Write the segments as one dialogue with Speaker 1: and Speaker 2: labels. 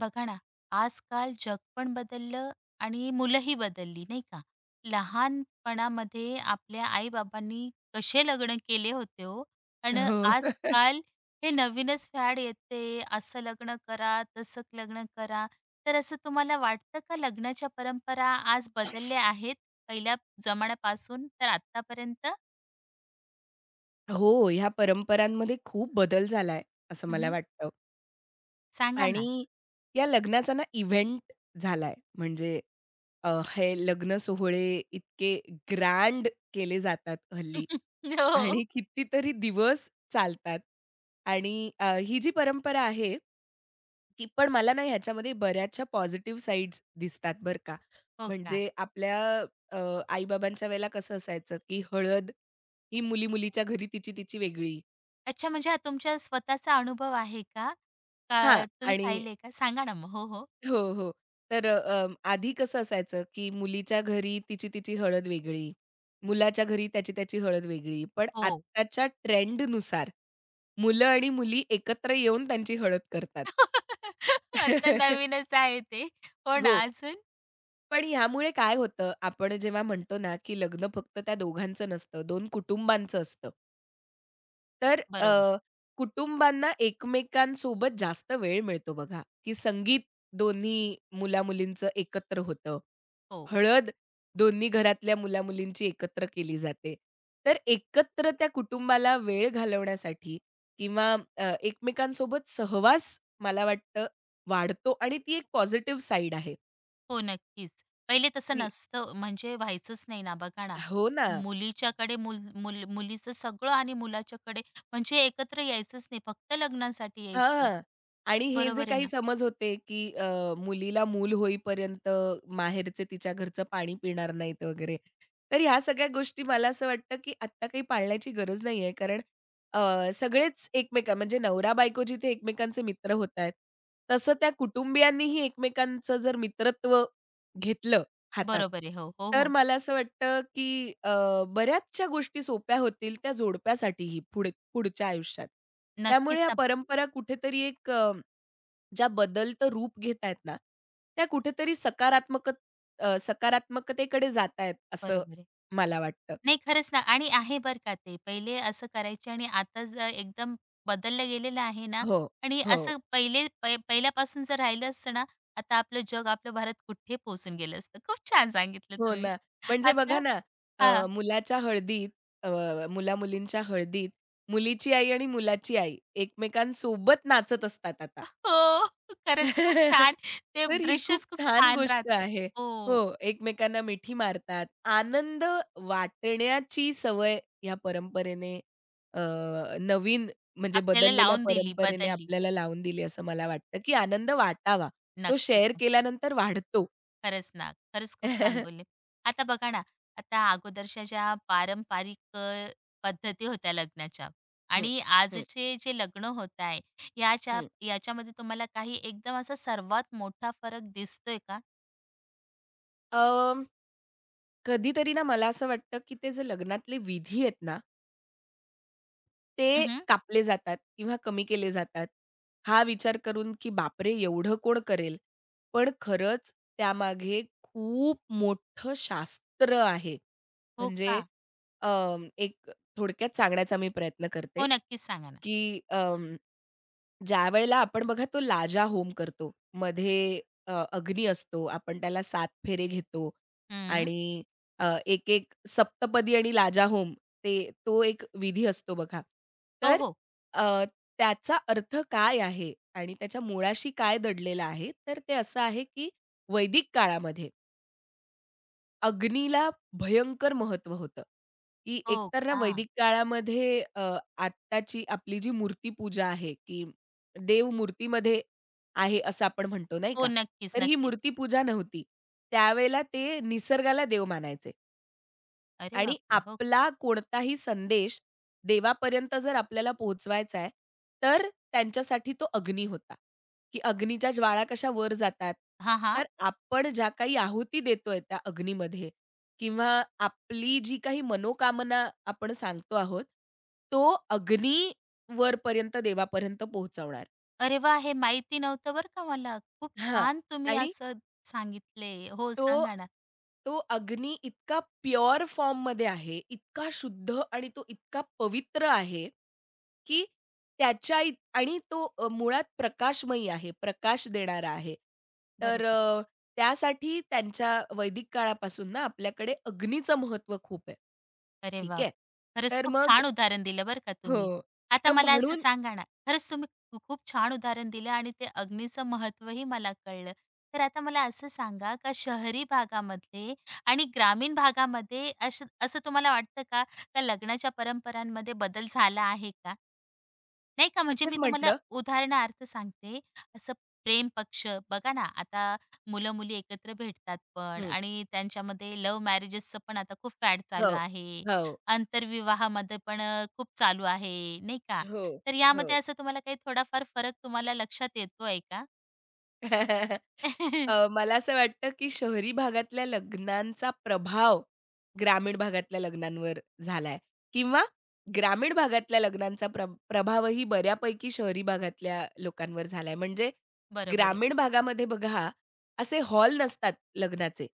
Speaker 1: बघा ना, आजकाल जग पण बदललं आणि मुलंही बदलली, नाही का? लहानपणामध्ये आपल्या आई-बाबांनी कसे लग्न केले होते हो आणि
Speaker 2: हो.
Speaker 1: आजकाल हे नवीनच फॅड येते, असं लग्न करा, तसं लग्न करा. तर असं तुम्हाला वाटतं का लग्नाच्या परंपरा आज बदलल्या आहेत, पहिल्या जमान्यापासून तर आत्तापर्यंत?
Speaker 2: हो, ह्या परंपरांमध्ये खूप बदल झालाय, असं मला
Speaker 1: हं,
Speaker 2: वाटतं.
Speaker 1: सांगा ना.
Speaker 2: आणि या लग्नाचा ना इव्हेंट झालाय. म्हणजे हे लग्न सोहळे इतके ग्रँड केले जातात हल्ली
Speaker 1: हो.
Speaker 2: आणि कितीतरी दिवस चालतात. आणि ही जी परंपरा आहे, ती पण मला ना ह्याच्यामध्ये बऱ्याचशा पॉझिटिव्ह साइड्स दिसतात बरं का.
Speaker 1: हो का?
Speaker 2: म्हणजे आपल्या अ, आई-बाबांच्या वेळेला कसं असायचं, की हळद ही मुली-मुलीच्या घरी तिची-तिची वेगळी.
Speaker 1: अच्छा, म्हणजे हा तुमच्या स्वतःचा अनुभव आहे का?
Speaker 2: हां.
Speaker 1: का तुम्ही
Speaker 2: आणि
Speaker 1: पाहिलंय का? सांगा ना मग. हो, हो.
Speaker 2: हो, हो. तर आधी कसं असायचं, की मुलीच्या घरी तिची-तिची हळद वेगळी, मुलाच्या घरी त्याची-त्याची हळद वेगळी. पण
Speaker 1: हो.
Speaker 2: आत्ताच्या ट्रेंडनुसार मुलं आणि मुली एकत्र येऊन त्यांची हळद करतात.
Speaker 1: आता नवीनच आहे ते. हो ना,
Speaker 2: हो.
Speaker 1: अजून?
Speaker 2: पण ह्यामुळे काय होतं, आपण जेव्हा म्हणतो ना, की लग्न फक्त त्या दोघांचं नसतं, 2 कुटुंबांचं असतं. तर
Speaker 1: बरोबर.
Speaker 2: कुटुंबांना एकमेकांसोबत जास्त वेळ मिळतो बघा, की संगीत दोन्ही मुला-मुलींचं एकत्र होतं.
Speaker 1: हो.
Speaker 2: हळद दोन्ही घरातल्या मुला-मुलींची एकत्र केली जाते. तर एकत्र त्या कुटुंबाला वेळ घालवण्यासाठी किंवा एकमेकांसोबत सहवास मला वाटतं वाढतो आणि ती एक पॉझिटिव्ह साइड आहे.
Speaker 1: हो, नक्कीच. पहिले तसं
Speaker 2: की
Speaker 1: नसतं म्हणजे व्हायचंच नाही ना, बघा ना.
Speaker 2: हो ना.
Speaker 1: मुलीच्याकडे मुल मुल मुलीचं सगळं आणि मुलाच्याकडे म्हणजे एकत्र यायचंच नाही, फक्त लग्नासाठी यायचं.
Speaker 2: हां. आणि हे जे
Speaker 1: बरोबर आहे
Speaker 2: काही
Speaker 1: ना?
Speaker 2: समज होते, की मुलीला मूल होईपर्यंत माहेरचे तिच्या घरचं पाणी पिणार नाहीत वगैरे. तर ह्या सगळ्या गोष्टी मला असं वाटतं, की आत्ता काही पाळण्याची गरज नाहीये. कारण सगळेच एकमेकां म्हणजे नवरा-बायको जिथे एकमेकांचे मित्र होतायत, तसं त्या कुटुंबियांनीही एकमेकांचं जर मित्रत्व घेतलं हातात.
Speaker 1: बरोबर आहे. हो, हो,
Speaker 2: तर
Speaker 1: हो.
Speaker 2: मला असं वाटतं, की बऱ्याचशा गोष्टी सोप्या होतील त्या जोडप्यासाठीही पुढे पुढच्या आयुष्यात. त्यामुळे
Speaker 1: नक्कीच
Speaker 2: या
Speaker 1: ना.
Speaker 2: परंपरा कुठेतरी एक ज्या बदलतं रूप घेत आहेत ना, त्या कुठेतरी सकारात्मक सकारात्मकतेकडे जात आहेत असं
Speaker 1: बरोबर आहे.
Speaker 2: मला वाटतं.
Speaker 1: नाही खरंच ना आणि आहे बरं का ते. पहिले असं करायचे आणि आता एकदम बदललं गेलेलं आहे ना
Speaker 2: हो,
Speaker 1: आणि
Speaker 2: हो,
Speaker 1: असं पहिले पहिल्यापासून जर राहिलं असतं ना, आता आपलं जग, आपलं भारत कुठे पोहोचून गेलं असतं. खूप छान सांगितलं
Speaker 2: हो
Speaker 1: तुम्ही.
Speaker 2: ना. म्हणजे बघा
Speaker 1: आता
Speaker 2: ना,
Speaker 1: हां.
Speaker 2: मुलाच्या हळदीत अ, मुला-मुलींच्या हळदीत मुलीची आई आणि मुलाची आई एकमेकांसोबत नाचत असतात आता.
Speaker 1: हो. खरंच खूप छान. ते
Speaker 2: तर ही खूप
Speaker 1: दृश्यच खूप
Speaker 2: छान
Speaker 1: छान
Speaker 2: गोष्ट
Speaker 1: राहतं.
Speaker 2: आहे.
Speaker 1: हो.
Speaker 2: हो, एकमेकांना मिठी मारतात. आनंद वाटण्याची सवय या परंपरेने अ, नवीन म्हणजे
Speaker 1: आपल्याला
Speaker 2: बदललेल्या
Speaker 1: लावून दिली,
Speaker 2: परंपरेने
Speaker 1: बदलली.
Speaker 2: आपल्याला लावून दिली असं मला वाटतं, की आनंद वाटावा. तो
Speaker 1: नक्कीच,
Speaker 2: शेअर
Speaker 1: नक्कीच.
Speaker 2: केल्यानंतर वाढतो.
Speaker 1: खरंच ना. खरंच खूप छान बोलले. आता बघा ना, आता अगोदरच्या ज्या पारंपरिक पद्धती होत्या लग्नाच्या
Speaker 2: हं,
Speaker 1: आणि
Speaker 2: हं,
Speaker 1: आजचे जे लग्न होत आहे, याच्या
Speaker 2: हं.
Speaker 1: याच्यामध्ये तुम्हाला काही एकदम असा सर्वात मोठा फरक दिसतोय का?
Speaker 2: अ, कधीतरी ना मला असं वाटतं, की ते जे लग्नातले विधी आहेत ना, ते
Speaker 1: हं,
Speaker 2: कापले जातात किंवा कमी केले जातात. हा विचार करून, की बापरे! एवढं कोण करेल? पण खरंच त्यामागे खूप मोठं शास्त्र आहे.
Speaker 1: हो
Speaker 2: म्हणजे
Speaker 1: का?
Speaker 2: अ, एक थोडक्यात सांगण्याचा मी प्रयत्न करते,
Speaker 1: हो, नक्कीच सांगा ना.
Speaker 2: की ज्यावेळेला आपण बघा तो लाजा होम करतो. मध्ये अग्नी असतो. आपण त्याला 7 फेरे घेतो
Speaker 1: हं.
Speaker 2: आणि एक-एक सप्तपदी आणि लाजा होम ते तो एक विधी असतो बघा.
Speaker 1: हो,
Speaker 2: तर
Speaker 1: हो.
Speaker 2: अ, त्याचा अर्थ काय आहे आणि त्याच्या मुळाशी काय दडलेला आहे? तर ते असं आहे, की वैदिक काळामध्ये अग्नीला भयंकर महत्व होतं, की
Speaker 1: हो
Speaker 2: एकतर ना
Speaker 1: का?
Speaker 2: वैदिक काळामध्ये आत्ताची आपली जी मूर्तीपूजा आहे, की देव मूर्तीमध्ये आहे असं आपण म्हणतो नाही
Speaker 1: हो,
Speaker 2: का?
Speaker 1: नक्कीच,
Speaker 2: तर ही
Speaker 1: नक्कीच.
Speaker 2: मूर्तीपूजा नव्हती. त्यावेळेला ते निसर्गाला देव मानायचे.
Speaker 1: अरे
Speaker 2: आणि
Speaker 1: बापरे! हो.
Speaker 2: आपला कोणताही संदेश देवापर्यंत जर आपल्याला पोहोचवायचा आहे, तर त्यांच्यासाठी तो अग्नी होता, की अग्नीच्या ज्वाळा कशा वर जातात.
Speaker 1: हां,
Speaker 2: तर
Speaker 1: हां.
Speaker 2: आपण ज्या काही आहुती देतोय त्या अग्नीमध्ये किंवा आपली जी काही मनोकामना आपण सांगतो आहोत, तो अग्नी वरपर्यंत देवापर्यंत पोहोचवणार.
Speaker 1: अरे वाह! हे माहिती नव्हतं बरं का मला. खूप
Speaker 2: हां.
Speaker 1: छान तुम्ही
Speaker 2: आणि
Speaker 1: असं सांगितले. हो,
Speaker 2: तो,
Speaker 1: सांगा ना.
Speaker 2: तो अग्नी इतका प्युअर फॉर्ममध्ये आहे, इतका शुद्ध आणि तो इतका पवित्र आहे, की त्याच्या इत आणि तो मुळात प्रकाशमयी आहे, प्रकाश देणारा आहे. तर
Speaker 1: बरोबर.
Speaker 2: त्यासाठी त्यांच्या वैदिक काळापासून ना आपल्याकडे अग्नीचं महत्त्व खूप आहे.
Speaker 1: अरे
Speaker 2: ठीक
Speaker 1: वाह!
Speaker 2: आहे.
Speaker 1: खरंच
Speaker 2: तर
Speaker 1: खूप
Speaker 2: मग
Speaker 1: छान उदाहरण दिलं बरं का तुम्ही.
Speaker 2: हो.
Speaker 1: आता
Speaker 2: तर
Speaker 1: मला असं
Speaker 2: म्हणून
Speaker 1: सांगा ना, खरंच तुम्ही खूप छान उदाहरण दिलं आणि ते अग्नीचं महत्त्वही मला कळलं. तर आता मला असं सांगा का शहरी भागामध्ये आणि ग्रामीण भागामध्ये असं असं तुम्हाला वाटतं का, का लग्नाच्या परंपरांमध्ये बदल झाला आहे का? नाही का, म्हणजे मी
Speaker 2: तेच
Speaker 1: तुम्हाला
Speaker 2: म्हटलं
Speaker 1: उदाहरणार्थ सांगते, असं प्रेम पक्ष बघा ना, आता मुलं-मुली एकत्र भेटतात पण आणि त्यांच्यामध्ये लव्ह मॅरेजेसचं पण आता खूप फॅड
Speaker 2: हो.
Speaker 1: चालू आहे.
Speaker 2: हो.
Speaker 1: आंतरविवाहामध्ये पण खूप चालू आहे, नाही का?
Speaker 2: हो.
Speaker 1: तर
Speaker 2: हो.
Speaker 1: यामध्ये असं तुम्हाला काही थोडाफार फरक तुम्हाला लक्षात येतोय का?
Speaker 2: मला असं वाटतं, की शहरी भागातल्या लग्नांचा प्रभाव ग्रामीण भागातल्या लग्नांवर झालाय किंवा ग्रामीण भागातल्या लग्नांचा प्रभावही बऱ्यापैकी शहरी भागातल्या लोकांवर झालाय. म्हणजे
Speaker 1: बरोबर आहे.
Speaker 2: ग्रामीण भागामध्ये बघा, असे हॉल नसतात लग्नाचे.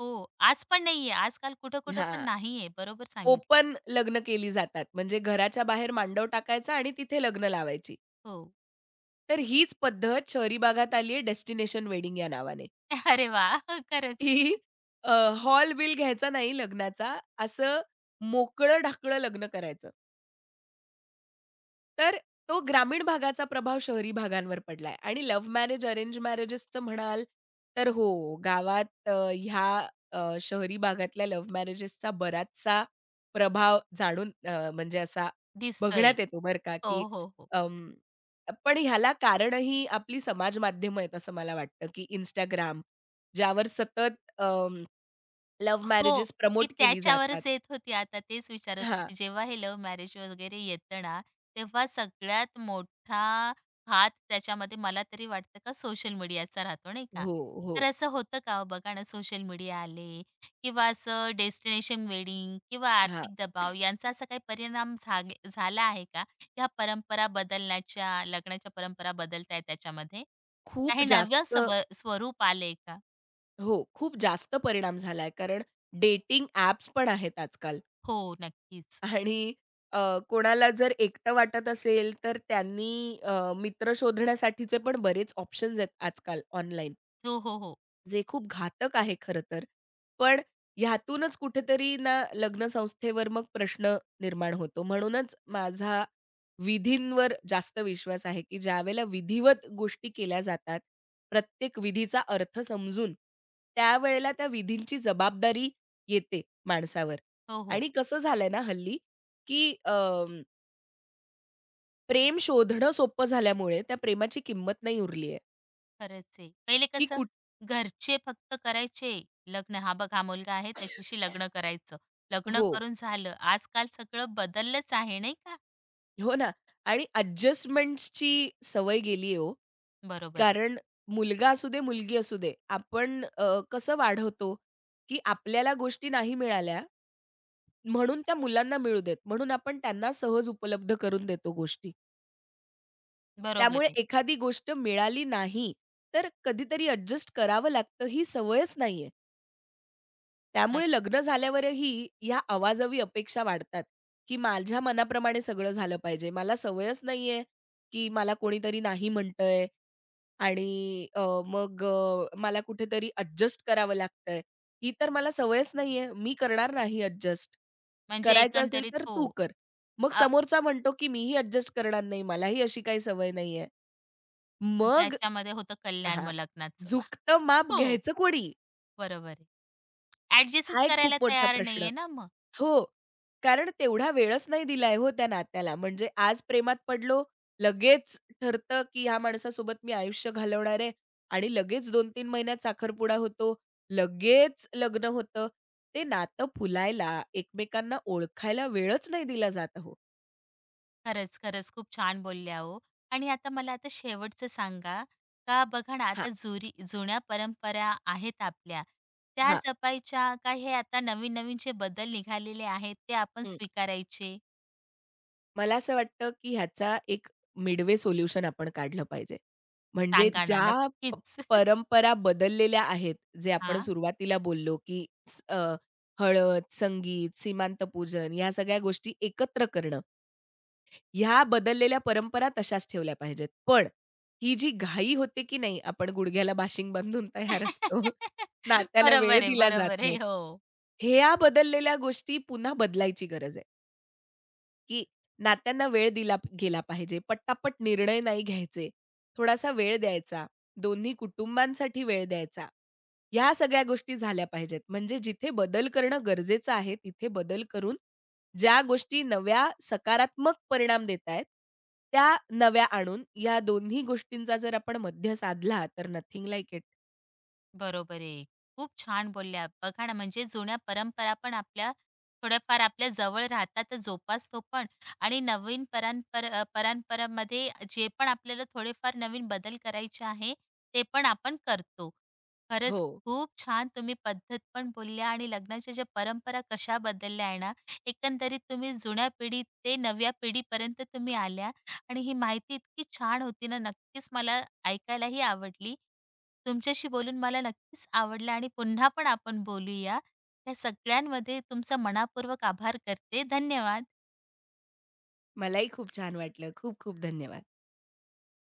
Speaker 1: हो, आज पण नाहीये. आजकाल कुठं-कुठं पण
Speaker 2: हां,
Speaker 1: नाहीये. बरोबर सांगितलं.
Speaker 2: ओपन लग्न केली जातात. म्हणजे घराच्या बाहेर मांडव टाकायचा आणि तिथे लग्न लावायची.
Speaker 1: हो.
Speaker 2: तर हीच पद्धत शहरी भागात आली आहे डेस्टिनेशन वेडिंग या नावाने.
Speaker 1: अरे वाह! खरंच
Speaker 2: की अ, हॉल बिल घ्यायचा नाही लग्नाचा, असं मोकळं-ढाकळं लग्न करायचं. तर तो ग्रामीण भागाचा प्रभाव शहरी भागांवर पडलाय आणि लव्ह मॅरेज, अरेंज मॅरेजेसचं म्हणाल, तर हो, गावात ह्या शहरी भागातल्या लव्ह मॅरेजेसचा बराचसा प्रभाव जाणून म्हणजे असा
Speaker 1: दिसतोय.
Speaker 2: बघण्यात येतो बरं का,
Speaker 1: हो,
Speaker 2: की
Speaker 1: हो, हो.
Speaker 2: अं, पण ह्याला कारणही आपली समाज माध्यमं आहेत असं मला वाटतं, की Instagram ज्यावर सतत लव्ह
Speaker 1: हो,
Speaker 2: मॅरेजेस
Speaker 1: मी
Speaker 2: प्रमोट केली जातात.
Speaker 1: त्याच्यावरच येत होती आता तेच विचारत
Speaker 2: हां.
Speaker 1: होती. जेव्हा हे लव्ह मॅरेज वगैरे येतं ना, तेव्हा सगळ्यात मोठा हात त्याच्यामध्ये मला तरी वाटतं का सोशल मीडियाचा राहतो, नाही का?
Speaker 2: हो,
Speaker 1: तर
Speaker 2: हो.
Speaker 1: असं होतं का हो? बघा ना, सोशल मीडिया आले किंवा असं डेस्टिनेशन वेडिंग किंवा
Speaker 2: हां.
Speaker 1: आर्थिक दबाव यांचा असा काही परिणाम झाला आहे का? ह्या परंपरा बदलण्याच्या, लग्नाच्या परंपरा बदलतायत त्याच्यामध्ये?
Speaker 2: खूप
Speaker 1: काही नव्या
Speaker 2: जास्त
Speaker 1: स्वरूप आलंय का?
Speaker 2: हो, खूप जास्त परिणाम झालाय. कारण डेटिंग ॲप्स पण आहेत आजकाल
Speaker 1: हो, नक्कीच.
Speaker 2: आणि अ, कोणाला जर एकटं वाटत असेल, तर त्यांनी मित्र शोधण्यासाठीचे पण बरेच ऑप्शन्स आहेत आजकाल ऑनलाईन.
Speaker 1: हो, हो, हो.
Speaker 2: जे खूप घातक आहे खरं तर. पण ह्यातूनच कुठेतरी ना लग्न संस्थेवर मग प्रश्न निर्माण होतो. म्हणूनच माझा विधींवर जास्त विश्वास आहे, की ज्यावेळेला विधिवत गोष्टी केल्या जातात, प्रत्येक विधीचा अर्थ समजून, त्यावेळेला त्या विधींची जबाबदारी येते माणसावर.
Speaker 1: हो, हो.
Speaker 2: आणि कसं झालंय ना हल्ली, की प्रेम शोधणं सोपं झाल्यामुळे त्या प्रेमाची किंमत नाही उरली आहे,
Speaker 1: खरंच आहे. पहिले
Speaker 2: की
Speaker 1: कसं
Speaker 2: कुठ
Speaker 1: घरचे फक्त करायचे लग्न. हा बघ हा मुलगा आहे त्याच्याशी लग्न करायचं. लग्न
Speaker 2: हो.
Speaker 1: करून झालं. आजकाल सगळं बदललंच आहे नाही का?
Speaker 2: हो ना आणि ॲडजस्टमेंट्सची सवय गेली हो.
Speaker 1: बरोबर आहे.
Speaker 2: कारण मुलगा असू दे, मुलगी असू दे, आपण कसं वाढवतो, की आपल्याला गोष्टी नाही मिळाल्या म्हणून त्या मुलांना मिळू देत. म्हणून आपण त्यांना सहज उपलब्ध करून देतो गोष्टी.
Speaker 1: बरोबर
Speaker 2: त्यामुळे
Speaker 1: आहे.
Speaker 2: एखादी गोष्ट मिळाली नाही, तर कधीतरी ॲडजस्ट करावं लागतं ही सवयच नाहीये.
Speaker 1: नक्क
Speaker 2: त्यामुळे लग्न झाल्यावरही या अवाजवी अपेक्षा वाढतात, की माझ्या मनाप्रमाणे सगळं झालं पाहिजे. मला सवयच नाहीये, की मला कोणीतरी नाही म्हणतंय आणि मग मला कुठेतरी अॅडजस्ट करावं लागतंय. ही तर मला सवयच नाहीये. मी करणार नाही अॅडजस्ट.
Speaker 1: म्हणजे
Speaker 2: करायचं असेल
Speaker 1: एकंदरीत
Speaker 2: तर
Speaker 1: हो.
Speaker 2: तू कर. मग
Speaker 1: अ,
Speaker 2: समोरचा म्हणतो, की मीही अॅडजस्ट करणार नाही. मलाही अशी काही सवय नाहीये. मग
Speaker 1: त्याच्यामध्ये होतं कल्याण
Speaker 2: हां,
Speaker 1: मग लग्नाचं.
Speaker 2: झुकतं माप
Speaker 1: हो,
Speaker 2: घ्यायचं कोणी?
Speaker 1: बरोबर आहे. अॅडजस्टच
Speaker 2: हा एक खूप
Speaker 1: करायला
Speaker 2: मोठा
Speaker 1: तयार
Speaker 2: प्रश्न.
Speaker 1: नाहीये ना मग.
Speaker 2: हो, कारण तेवढा वेळच नाही दिलाय हो त्या नात्याला. म्हणजे आज प्रेमात पडलो, लगेच ठरतं, की ह्या माणसासोबत मी आयुष्य घालवणार आहे आणि लगेच 2-3 महिन्यात साखरपुडा होतो, लगेच लग्न होतं. ते नातं फुलायला, एकमेकांना ओळखायला वेळच नाही दिला जात अहो.
Speaker 1: खरंच, खरंच. खूप छान बोलल्या हो. आणि आता मला शेवटचं सांगा, का बघा ना
Speaker 2: हां,
Speaker 1: आता जुन्या परंपरा आहेत आपल्या, त्या
Speaker 2: हां.
Speaker 1: जपायच्या का हे आता नवीन-नवीन जे बदल निघालेले आहेत, ते आपण स्वीकारायचे?
Speaker 2: मला असं वाटतं, की ह्याचा एक मिडवे सोल्युशन आपण काढलं पाहिजे. म्हणजे
Speaker 1: सांगा ना
Speaker 2: ज्या प
Speaker 1: नक्कीच.
Speaker 2: परंपरा बदललेल्या आहेत, जे आपण
Speaker 1: हां.
Speaker 2: सुरुवातीला बोललो, की हळद, संगीत, सीमांतपूजन या सगळ्या गोष्टी एकत्र करणं. ह्या बदललेल्या परंपरा तशाच ठेवल्या पाहिजेत. पण ही जी घाई होते, की नाही आपण गुडघ्याला बाशिंग बांधून तयार असतो, नात्याला वेळ
Speaker 1: बरोबर आहे,
Speaker 2: दिला जात
Speaker 1: बरोबर आहे.
Speaker 2: नाही.
Speaker 1: हो.
Speaker 2: ह्या बदललेल्या गोष्टी पुन्हा बदलायची गरज आहे. की नात्यांना वेळ दिला गेला पाहिजे. पट्टापट निर्णय नाही घ्यायचे. थोडासा वेळ द्यायचा. दोन्ही कुटुंबांसाठी वेळ द्यायचा. ह्या सगळ्या गोष्टी झाल्या पाहिजेत. म्हणजे जिथे बदल करणं गरजेचं आहे, तिथे बदल करून ज्या गोष्टी नव्या सकारात्मक परिणाम देत आहेत, त्या नव्या आणून या दोन्ही गोष्टींचा जर आपण मध्य साधला तर नथिंग लाइक इट.
Speaker 1: बरोबर आहे. खूप छान बोलल्या. बघा ना, म्हणजे जुन्या परंपरा पण आपल्या थोड्याफार आपल्या जवळ राहतात, तर जोपासतो पण आणि नवीन परंपरांमध्ये जे पण आपल्याला थोडेफार नवीन बदल करायचे आहे, ते पण आपण करतो. खरंच
Speaker 2: हो.
Speaker 1: खूप छान तुम्ही पद्धत पण बोलल्या आणि लग्नाच्या ज्या परंपरा कशा बदलल्या आहे ना, एकंदरीत तुम्ही जुन्या पिढी ते नव्या पिढीपर्यंत तुम्ही आल्या आणि ही माहिती इतकी छान होती ना, नक्कीच मला ऐकायलाही आवडली. तुमच्याशी बोलून मला नक्कीच आवडलं आणि पुन्हा पण आपण बोलूया. या सगळ्यांमध्ये तुमचा मनःपूर्वक आभार करते. धन्यवाद.
Speaker 2: मलाही खूप छान वाटलं. खूप खूप धन्यवाद.